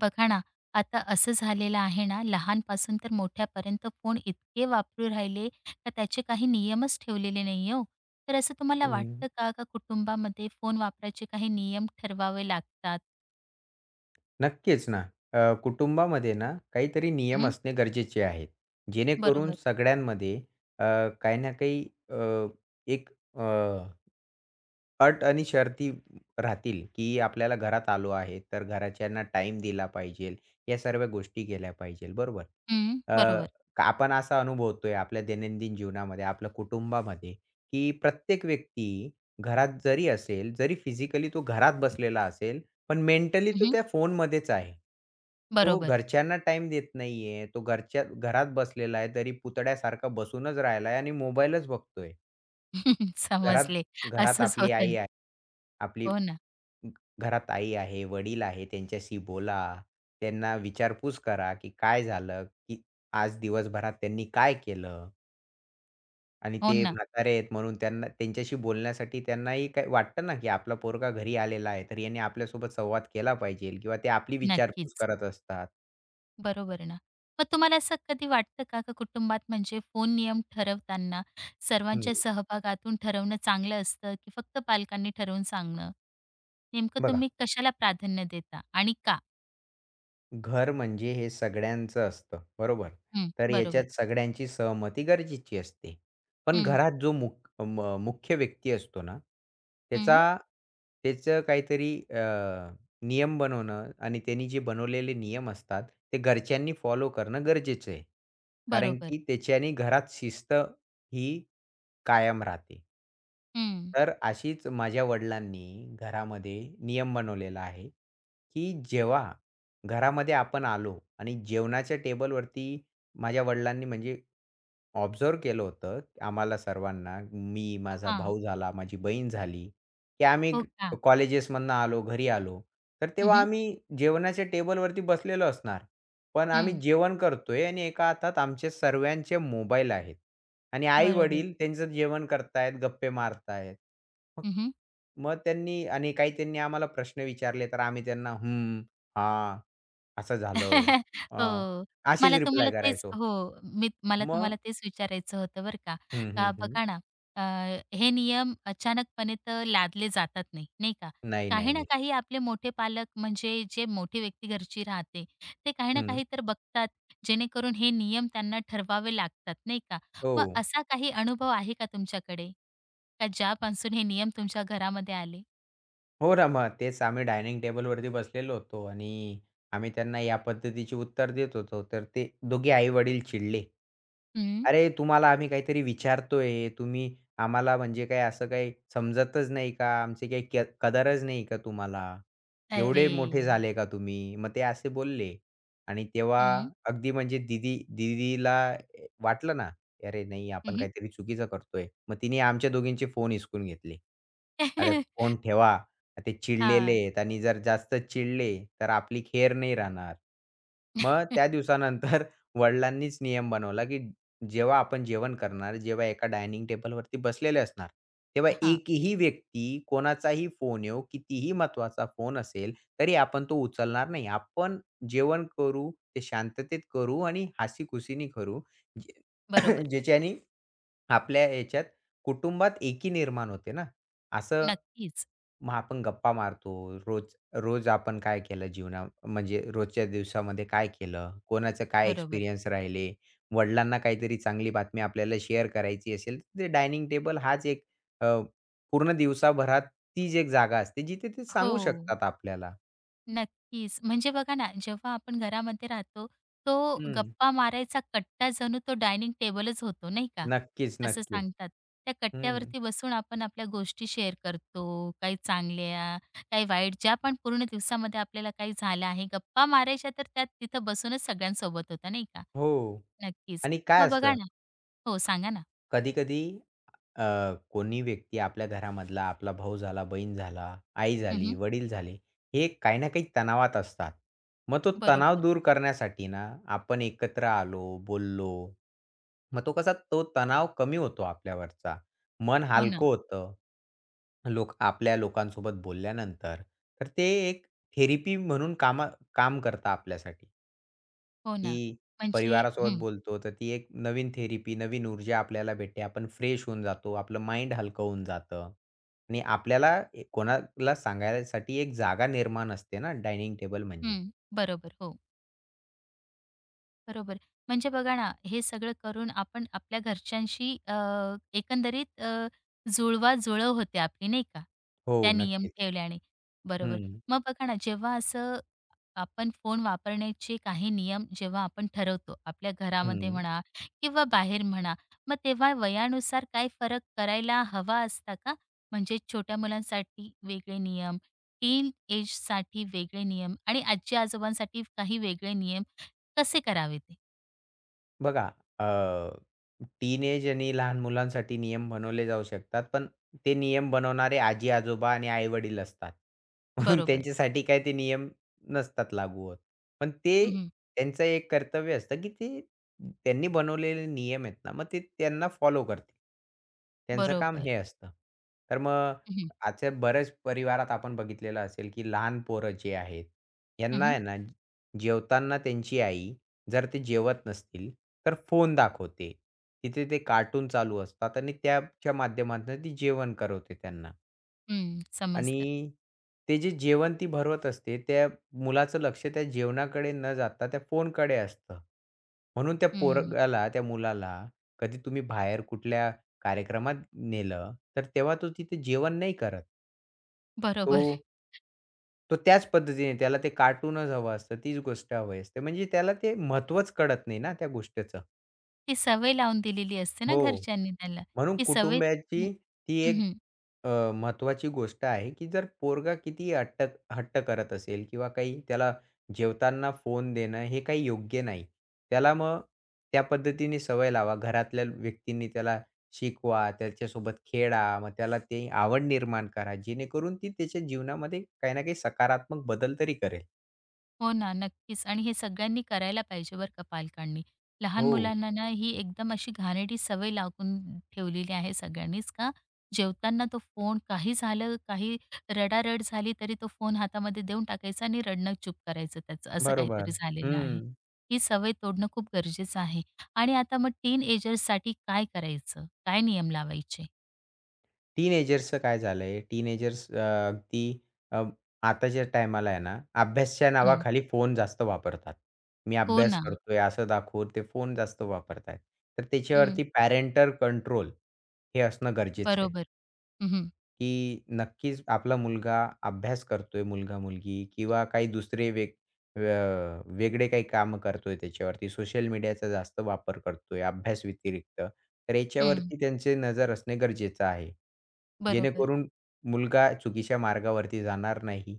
बघा ना, आता असं झालेलं आहे ना, लहानपासून तर मोठ्यापर्यंत फोन इतके वापरू राहिले का त्याचे काही नियमच ठेवलेले नाही हो. तर असं तुम्हाला हं, वाटतं का, का कुटुंबामध्ये फोन वापरायचे काही नियम ठरवावे लागतात? नक्कीच ना. कुटुंबामध्ये ना काहीतरी नियम हं, असणे गरजेचे आहेत. जेणेकरून बरोबर. सगळ्यांमध्ये अ, काही ना काही अ, एक अट आणि शर्ती राहतील, की आपल्याला घरात आलो आहे, तर घरच्यांना टाईम दिला पाहिजेल. या सर्व गोष्टी केल्या पाहिजेल, बरोबर. हं, अ, बरोबर. आपण असा अनुभवतोय आपल्या दैनंदिन जीवनामध्ये, आपल्या कुटुंबामध्ये, की प्रत्येक व्यक्ती घरात जरी असेल, जरी फिजिकली तो घरात बसलेला असेल, पण मेंटली तो हं, त्या फोनमध्येच आहे. तो बरोबर. घरच्यांना टाईम देत नाहीये. तो घरच्या घरात बसलेला आहे, तरी पुतळ्यासारखा बसूनच राहिला आणि मोबाईलच बघतोय. घरात समजले. घरात असंच आपली होतं. न. आई आहे. आपली हो ना, घ घरात आई आहे, वडील आहे, त्यांच्याशी बोला. त्यांना विचारपूस करा, की काय झालं, की आज दिवसभरात त्यांनी काय केलं? आणि हो ते ना. म्हातारे आहेत म्हणून त्यांना त्यांच्याशी बोलण्यासाठी त्यांनाही काही वाटतं ना, की आपला पोरगा घरी आलेला आहे, तर याने आपल्यासोबत संवाद केला पाहिजे किंवा ते आपली विचारपूस नक्कीच. करत असतात. बरोबर आहे ना. मग तुम्हाला असं कधी वाटतं का, का कुटुंबात म्हणजे फोन नियम ठरवताना हं, सर्वांच्या सहभागातून ठरवणं चांगलं असतं, की फक्त पालकांनी ठरवून सांगणं? नेमकं बघा. तुम्ही कशाला प्राधान्य देता आणि का? घर म्हणजे हे सगळ्यांचं असतं, बरोबर? हं, तर बरोबर. याच्यात सगळ्यांची सहमती गरजेची असते. पण हं, घरात जो मुख्य व्यक्ती असतो ना, त्याचा हं, त्याचं काहीतरी नियम बनवणं आणि त्यांनी जे बनवलेले नियम असतात, ते घरच्यांनी फॉलो करणं गरजेचं आहे. कारण बरोबर. की त्याच्याने घरात शिस्त ही कायम राहते. हं, तर अशीच माझ्या वडिलांनी घरामध्ये नियम बनवलेला आहे, की जेव्हा घरामध्ये आपण आलो आणि जेवणाच्या टेबलवरती माझ्या वडिलांनी म्हणजे ऑब्झर्व्ह केलं होतं आम्हाला सर्वांना, मी, माझा हां. भाऊ झाला, माझी बहीण झाली, की आम्ही हो का? कॉलेजेसमधनं आलो, घरी आलो, तर हं, तेव्हा हं, आम्ही जेवणाच्या टेबलवरती बसलेलो असणार. पण आम्ही जेवण करतोय आणि एका हातात आमचे सर्वांचे मोबाईल आहेत. आणि बरोबर. आई-वडील त्यांचं जेवण करतायत, गप्पे मारतायत. मग मग त्यांनी आणि काही त्यांनी आम्हाला प्रश्न विचारले, तर आम्ही त्यांना "हं, हां, असं झालं." अ, हो. मला असेच तुम्हाला रिप्लाय तेच करायचो. हो, मला तुम्हाला मग तेच विचारायचं होतं बरं का. हं, का हं, हं. बघा ना, हे नियम अचानकपणे तर लादले जातात नाही, नाही का. नाही, काही नाही, ना नाही. काही आपले मोठे पालक म्हणजे जे मोठी व्यक्ती घरची राहते, ते काही ना हं. काही तर बघतात, जेणेकरून हे नियम त्यांना ठरवावे लागतात, नाही का. हो. मग असा काही अनुभव आहे का तुमच्याकडे? का ज्यापासून हे नियम तुमच्या घरामध्ये आले? हो ना, मग तेच आम्ही डायनिंग टेबलवरती बसलेलो होतो आणि आम्ही त्यांना या पद्धतीची उत्तर देत होतो. तर ते दोघे आई-वडील चिडले. हं. "अरे, तुम्हाला आम्ही काहीतरी विचारतोय, तुम्ही आम्हाला म्हणजे काय असं काही समजतच नाही का? आमची काही कदरच नाही का तुम्हाला? एवढे अरे! मोठे झाले का तुम्ही?" मग ते असे बोलले आणि तेव्हा हं. अगदी म्हणजे दीदीला वाटलं ना, "अरे नाही, आपण हं, काहीतरी चुकीचं करतोय." मग तिने आमच्या दोघींचे फोन हिसकून घेतले. "अरे, हं. फोन ठेवा." ते चिडलेले आहेत आणि जर जास्त चिडले, तर आपली खेर नाही राहणार. मग त्या दिवसानंतर वडिलांनीच नियम बनवला, की जेव्हा आपण जेवण करणार, जेव्हा एका डायनिंग टेबलवरती बसलेले असणार, तेव्हा हां, एकही व्यक्ती, कोणाचाही फोन येवो, कितीही महत्त्वाचा फोन असेल, तरी आपण तो उचलणार नाही. आपण जेवण करू, ते शांततेत करू आणि हसी-खुशीने करू. जे बरोबर. ज्याच्याने आपल्या याच्यात कुटुंबात एकी निर्माण होते ना, असं नक्कीच, मग आपण गप्पा मारतो. रोज रोज आपण काय केलं म्हणजे रोजच्या दिवसामध्ये काय केलं? कोणाचं काय बरोबर. एक्सपिरियन्स राहिले? वडिलांना काहीतरी चांगली बातमी आपल्याला शेअर करायची असेल, तर ते डायनिंग टेबल हाच एक अ, पूर्ण दिवसाभरात तीच एक जागा असते, जिथे ते हो, सांगू शकतात आपल्याला. नक्कीच. म्हणजे बघा ना, जेव्हा आपण घरामध्ये राहतो, तो हं. गप्पा मारायचा कट्टा जणू तो डायनिंग टेबलच होतो, नाही का? नक्कीच, असं नक्कीच. सांगतात. त्या हं. कट्ट्यावरती बसून आपण आपल्या गोष्टी शेअर करतो, काही चांगल्या, काही वाईट, ज्या पण पूर्ण दिवसामध्ये आपल्याला काही झालं आहे, गप्पा मारायच्या तर त्यात तिथं बसूनच सगळ्यांसोबत होता, नाही का? हो. नक्कीच. आणि काय मग बघा असतं, ना हो, सांगा ना. कधी-कधी कोणी व्यक्ती आपल्या घरामधला, आपला भाऊ झाला, बहीण झाला, आई झाली, हं, वडील झाले, हे काही ना काही तणावात असतात. मग तो तणाव बरोबर. दूर करण्यासाठी ना, आपण एकत्र आलो, बोललो, मग तो कसा तो तणाव कमी होतो आपल्यावरचा. मन हो ना, हलकं होतं. लोक आपल्या लोकांसोबत बोलल्यानंतर. तर ते एक थेरपी म्हणून काम करतं आपल्यासाठी. हो ना. की म्हणजे परिवारासोबत हं. बोलतो, तर ती एक नवीन थेरपी, नवीन ऊर्जा आपल्याला भेटते. आपण फ्रेश होऊन जातो. आपलं माइंड हलकं होऊन जातं आणि आपल्याला कोणाला सांगायसाठी एक जागा निर्माण असते ना, डायनिंग टेबल म्हणजे. हं, बरोबर. हो, बरोबर. म्हणजे बघा ना, हे सगळं करून आपण आपल्या घरच्यांशी एकंदरीत जुळवाजुळव होते आपली, नाही का? हो, त्या नियम नक्कीच. ठेवल्याने. बरोबर. हम्म मग बघा ना, जेव्हा असं आपण फोन वापरण्याचे काही नियम जेव्हा आपण ठरवतो आपल्या घरामध्ये हं. म्हणा किंवा बाहेर म्हणा, मग तेव्हा वयानुसार काय फरक करायला हवा असता का? म्हणजे छोट्या मुलांसाठी वेगळे नियम, टीन एजसाठी वेगळे नियम आणि आजी-आजोबांसाठी काही वेगळे नियम कसे करावे ते? बघा, अ, टीनेज आणि लहान मुलांसाठी नियम बनवले जाऊ शकतात, पण ते नियम बनवणारे आजी-आजोबा आणि आई-वडील असतात. म्हणून बरोबर. त्यांच्यासाठी काय ते नियम नसतात लागू होत. पण ते हं, हं. त्यांचं एक कर्तव्य असतं, की ते त्यांनी बनवलेले नियम आहेत ना, मग ते त्यांना फॉलो करतील. त्यांचं काम बरोबर. हे असतं. तर मग हं, हं. आजच्या बऱ्याच परिवारात आपण बघितलेलं असेल, की लहान पोरं जे आहेत, यांना हं, आहे ना, जेवताना त्यांची आई जर ते जेवत नसतील, तर फोन दाखवते. तिथे ते कार्टून चालू असतात आणि त्याच्या माध्यमातून ती जेवण करवते त्यांना. आणि समजलं. ते जे जेवण ती भरवत असते, त्या मुलाचं लक्ष त्या जेवणाकडे न जाता त्या फोनकडे असतं. म्हणून त्या हं. पोरगाला, त्या मुलाला कधी तुम्ही बाहेर कुठल्या कार्यक्रमात नेलं, तर तेव्हा तो तिथे जेवण नाही करत. तो बरोबर. तो त्याच पद्धतीने त्याला ते कार्टूनच हवं असतं, तीच गोष्ट हवी असते. म्हणजे त्याला ते महत्त्वच कळत नाही ना त्या गोष्टीचं. ती सवय लावून दिलेली असते ना हो. घरच्यांनी त्याला. म्हणून ती सवय हं, कुटुंबाची ती एक महत्त्वाची गोष्ट आहे, की जर पोरगा कितीही हट्ट हट्ट करत असेल किंवा काही त्याला जेवताना फोन देणं हे काही योग्य नाही. त्याला मग त्या पद्धतीने सवय लावा. घरातल्या व्यक्तींनी त्याला शिकवा, त्याच्यासोबत खेळा, मग त्याला ते आवड निर्माण करा, जेणेकरून ती त्याच्या जीवनामध्ये काही ना काही सकारात्मक बदल तरी करेल. हो ना, नक्कीच आणि हे सगळ्यांनी करायला पाहिजे बरं का पालकांनी. लहान हो, मुलांना ना ही एकदम अशी घाणेरडी सवय लागून ठेवलेली आहे सगळ्यांनीच का जेवताना तो फोन काही झालं, काही रडारड झाली तरी तो फोन हातामध्ये देऊन टाकायचा आणि रडणं चूप करायचं त्याचं, असं बरोबर. काहीतरी झालेलं आहे. हं. ही सवय तोडणं खूप गरजेचं आहे. आणि आता मग टीनएजर्ससाठी काय करायचं? काय नियम लावायचे? टीनेजर्सचं काय झालंय, टीनेजर्स अ, अगदी अ, आताच्या टायमाला आहे ना, अभ्यासच्या हं. नावाखाली फोन जास्त वापरतात. मी हो अभ्यास ना. करतोय असं दाखवून ते फोन जास्त वापरतायत. तर हं. त्याच्यावरती पॅरेंटल कंट्रोल हे असणं गरजेचं आहे, बरोबर. हं. की नक्कीच आपला मुलगा अभ्यास करतोय, मुलगा-मुलगी किंवा काही दुसरे अ, वेगळे काही कामं करतोय त्याच्यावरती, सोशल मीडियाचा जास्त वापर करतोय अभ्यास व्यतिरिक्त, तर हं. याच्यावरती त्यांची नजर असणे गरजेचं आहे. बरोबर, जेणेकरून मुलगा चुकीच्या मार्गावरती जाणार नाही.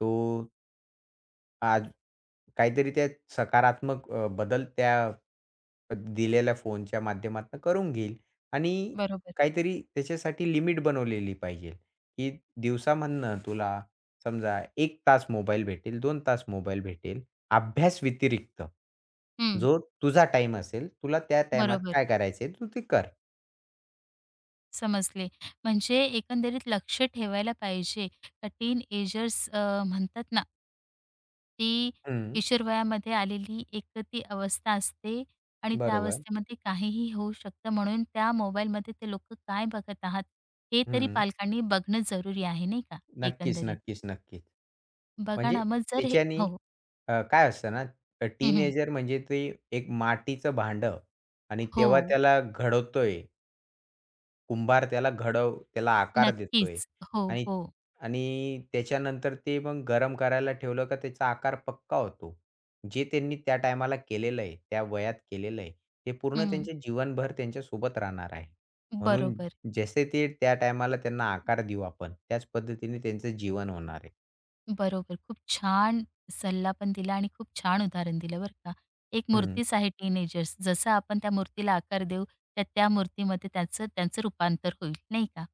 तो आज काहीतरी त्या सकारात्मक बदल त्या दिलेल्या फोनच्या माध्यमातून करून घेईल आणि बरोबर. काहीतरी त्याच्यासाठी लिमिट बनवलेली पाहिजे, की दिवसामधनं तुला समजा 1 तास मोबाईल भेटेल, 2 तास मोबाईल भेटेल. अभ्यास व्यतिरिक्त हं. जो तुझा टाईम असेल, तुला त्या टाईमात बरोबर. काय करायचंय तू ते कर. समजले. म्हणजे एकंदरीत लक्ष ठेवायला पाहिजे. टीनएजर्स म्हणतात ना, ती हं, किशोरवयामध्ये आलेली एक ती अवस्था असते आणि त्या बरोबर. अवस्थेमध्ये काहीही होऊ शकतं. म्हणून त्या मोबाईलमध्ये ते लोकं काय बघत आहात, हे तरी हं. पालकांनी बघणं जरुरी आहे, नाही का, नक्कीच, एकंदरीत. नक्कीच, नक्कीच. बघा म्हणजे ना, मग जर हे त्याच्यानी हो. काय असतं ना, हं, हं. टीनेजर म्हणजे ते एक मातीचं भांडं आणि हो, तेव्हा त्याला घडवतोय कुंभार त्याला त्याला आकार देतोय नक्कीच. हो, आणि हो. आणि त्याच्यानंतर ते मग गरम करायला ठेवलं का त्याचा आकार पक्का होतो. जे त्यांनी त्या टायमाला केलेलं आहे, त्या वयात केलेलं आहे, ते पूर्ण हं, त्यांच्या जीवनभर त्यांच्यासोबत राहणार आहे. म्हणून बरोबर. जसे ते त्या टायमाला त्यांना आकार देऊ आपण, त्याच पद्धतीने त्यांचं जीवन होणार आहे. बरोबर. खूप छान सल्ला पण दिला आणि खूप छान उदाहरण दिलं बरं का. एक हं. मूर्तीच आहे टीनेजर्स. जसं आपण त्या मूर्तीला आकार देऊ, तर त्या मूर्तीमध्ये त्याचं त्यांचं रूपांतर होईल, नाही का?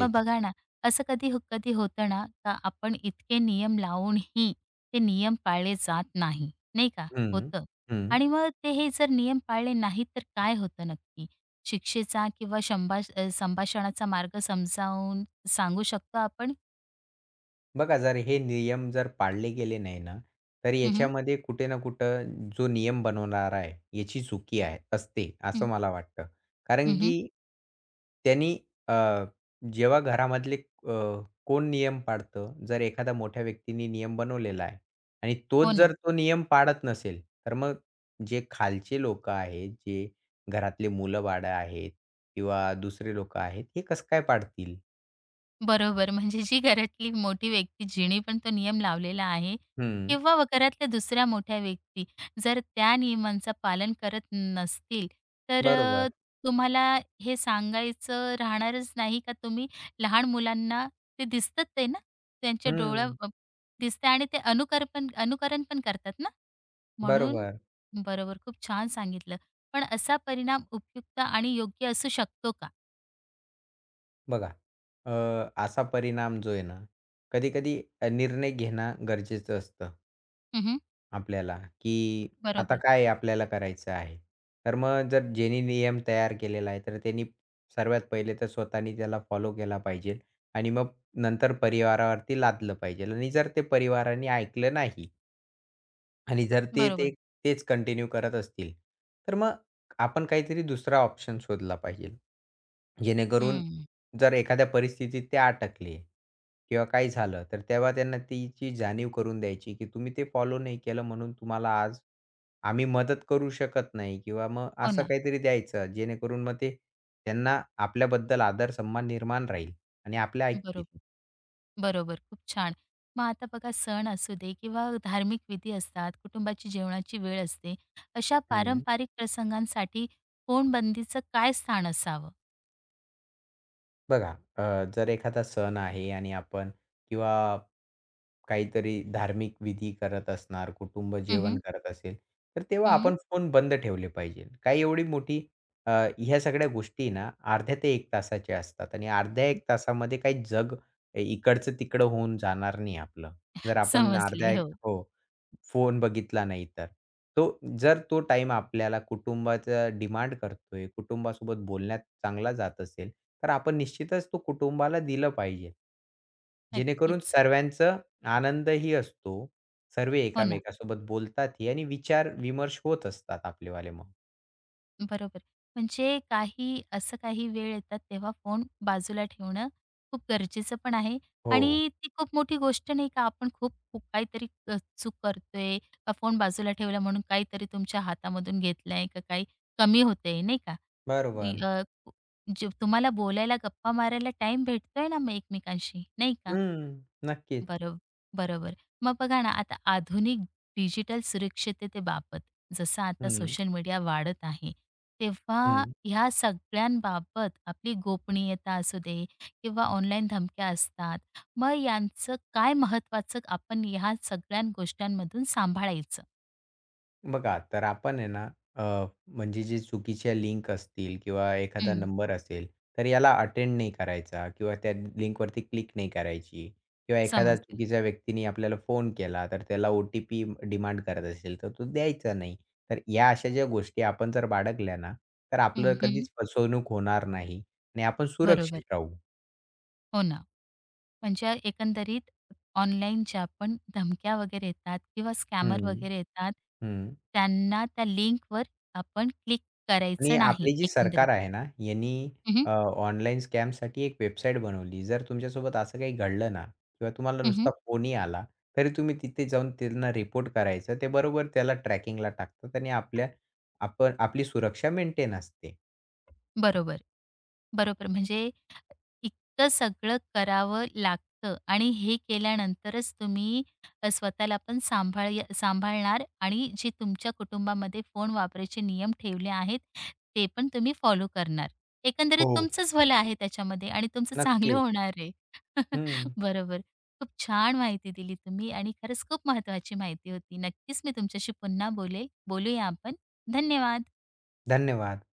मग बघा ना, कधी होतं ना, का आपण इतके नियम लावूनही ते नियम पाळले जात नाही, नाही का? हं. होतं. हं. आणि मग ते हे जर नियम पाळले नाहीत, तर काय होतं नक्की? शिक्षेचा किंवा संभाषणाचा मार्ग समजावून सांगू शकतो आपण? बघा जर हे नियम जर पाळले गेले नाही ना, तर हं, हं. याच्यामध्ये कुठे ना कुठं जो नियम बनवणारा आहे, याची चुकी आहे असते, असं हं, मला वाटतं. कारण की त्यांनी अ, जेव्हा घरामधले अ, कोण नियम पाळतं? जर एखाद्या मोठ्या व्यक्तीने नियम बनवलेला आहे आणि तोच हो ना, जर तो नियम पाळत नसेल, तर मग जे खालचे लोकं आहेत, जे घरातले मुलं-बाळं आहेत किंवा दुसरे लोकं आहेत, हे कसं काय पाळतील? बरोबर. म्हणजे जी घरातली मोठी व्यक्ती जिने पण तो नियम लावलेला आहे हं, किंवा व घरातल्या दुसऱ्या मोठ्या व्यक्ती जर त्या नियमांचं पालन करत नसतील, तर बरोबर. तुम्हाला हे सांगायचं राहणारच नाही का तुम्ही लहान मुलांना ते दिसतात ते ना, त्यांच्या डोळ्या हं. अ, दिसतं आणि ते अनुकरण पण करतात ना, म्हणून बरोबर. बरोबर, खूप छान सांगितलं. पण असा परिणाम उपयुक्त आणि योग्य असू शकतो का? बघा, अ, असा परिणाम जो आहे ना, कधी-कधी निर्णय घेणं गरजेचं असतं हं, आपल्याला, की आता बरोबर, काय आपल्याला करायचं आहे. तर मग जर ज्यांनी नियम तयार केलेला आहे, तर त्यांनी सर्वात पहिले तर स्वतःनी त्याला फॉलो केला पाहिजे आणि मग नंतर परिवारावरती लादलं पाहिजे आणि जर ते परिवाराने ऐकलं नाही आणि जर ते बरोबर. ते तेच कंटिन्यू करत असतील, तर मग आपण काहीतरी दुसरा ऑप्शन शोधला पाहिजे. जेणेकरून हं, जर एखाद्या परिस्थितीत ते अटकले किंवा काही झालं, तर तेव्हा त्यांना तिची जाणीव करून द्यायची, की तुम्ही ते फॉलो नाही केलं म्हणून तुम्हाला आज आम्ही मदत करू शकत नाही किंवा मग हो असं ना. काहीतरी द्यायचं, जेणेकरून मग ते त्यांना आपल्याबद्दल आदर सन्मान निर्माण राहील आणि आपल्या ऐकतील. बरोबर, बरोबर. खूप छान. मग आता बघा सण असू दे किंवा धार्मिक विधी असतात, कुटुंबाची जेवणाची वेळ असते. अशा हं. पारंपरिक प्रसंगांसाठी फोनबंदीचं काय स्थान असावं? बघा, जर एखादा सण आहे आणि आपण किंवा काहीतरी धार्मिक विधी करत असणार, कुटुंब हं, जेवण हं. करत असेल, तर तेव्हा आपण फोन बंद ठेवले पाहिजे. काही एवढी मोठी अ, ह्या सगळ्या गोष्टी ना अर्ध्या ते एक तासाच्या असतात आणि अर्ध्या 1 तासामध्ये काही जग इकडचं-तिकडं होऊन जाणार नाही आपलं. जर आपण अर्ध्या समजले. 1 हो, हो. फोन बघितला नाही तर. तो जर तो टाईम आपल्याला कुटुंबाचा डिमांड करतोय, कुटुंबासोबत बोलण्यात चांगला जात असेल, तर आपण निश्चितच तो कुटुंबाला दिलं पाहिजे. जेणेकरून नक्कीच. सर्वांचा आनंदही असतो. सर्व हो ना. एकामेकासोबत बोलतातही आणि विचार-विमर्श होत असतात आपलेवाले मग. बरोबर. म्हणजे काही असं काही वेळ येतात तेव्हा फोन बाजूला ठेवणं खूप गरजेचं पण आहे हो. आणि ती खूप मोठी गोष्ट नाही का आपण खूप खूप काहीतरी चूक करतोय का फोन बाजूला ठेवला म्हणून काहीतरी तुमच्या हातामधून घेतलंय का काही कमी होतंय नाही का? इ बरोबर. अ, जे तुम्हाला बोलायला, गप्पा मारायला टाईम भेटतोय ना मग एकमेकांशी, नाही का? हं. नक्कीच. बरोब बरोबर. मग बघा ना, आता आधुनिक डिजिटल सुरक्षिततेबाबत जसं आता हं, सोशल मीडिया वाढत आहे, तेव्हा हं. ह्या सगळ्यांबाबत आपली गोपनीयता असू दे किंवा ऑनलाईन धमक्या असतात, मग यांचं काय महत्त्वाचं आपण ह्या सगळ्या गोष्टींमधून सांभाळायचं? बघा, तर आपण आहे ना, अ, म्हणजे जे चुकीच्या लिंक असतील किंवा एखादा हं, नंबर असेल, तर याला अटेंड नाही करायचा किंवा त्या लिंकवरती क्लिक नाही करायची किंवा एखादा समजलं. चुकीच्या व्यक्तीने आपल्याला फोन केला, तर त्याला OTP डिमांड करत असेल, तर तो द्यायचा नाही. तर या अशा ज्या गोष्टी आपण जर बाळगल्या ना, तर हं, आपलं हं. कधीच फसवणूक होणार नाही आणि आपण बरोबर. सुरक्षित राहू. हो ना. म्हणजे एकंदरीत ऑनलाईन ज्या पण धमक्या वगैरे येतात किंवा स्कॅमर हं, वगैरे येतात, हं. त्यांना त्या लिंकवर आपण क्लिक आणि करायचं नाही आपली जी एकंदरीत. सरकार आहे ना, यांनी हं, हं. ऑनलाईन स्कॅमसाठी एक वेबसाईट बनवली. जर तुमच्यासोबत असं काही घडलं ना किंवा तुम्हाला नुसता फोनही आला, तरी तुम्ही तिथे जाऊन त्यांना रिपोर्ट करायचं. ते बरोबर त्याला ट्रॅकिंगला टाकतात आणि आपण आपली सुरक्षा मेंटेन असते. बरोबर, बरोबर. म्हणजे इतकं सगळं करावं लागतं आणि हे केल्यानंतरच तुम्ही स्वतःला पण सांभाळणार आणि जे तुमच्या कुटुंबामध्ये फोन वापरायचे नियम ठेवले आहेत, ते पण तुम्ही फॉलो करणार. एकंदरीत हो. तुमचंच भलं आहे त्याच्यामध्ये आणि तुमचं चांगलं नक्कीच. होणार आहे. हं. बरोबर. खूप छान माहिती दिली तुम्ही आणि खरंच खूप महत्त्वाची माहिती होती. नक्कीच मी तुमच्याशी पुन्हा बोलेल. बोलूया आपण. धन्यवाद. धन्यवाद.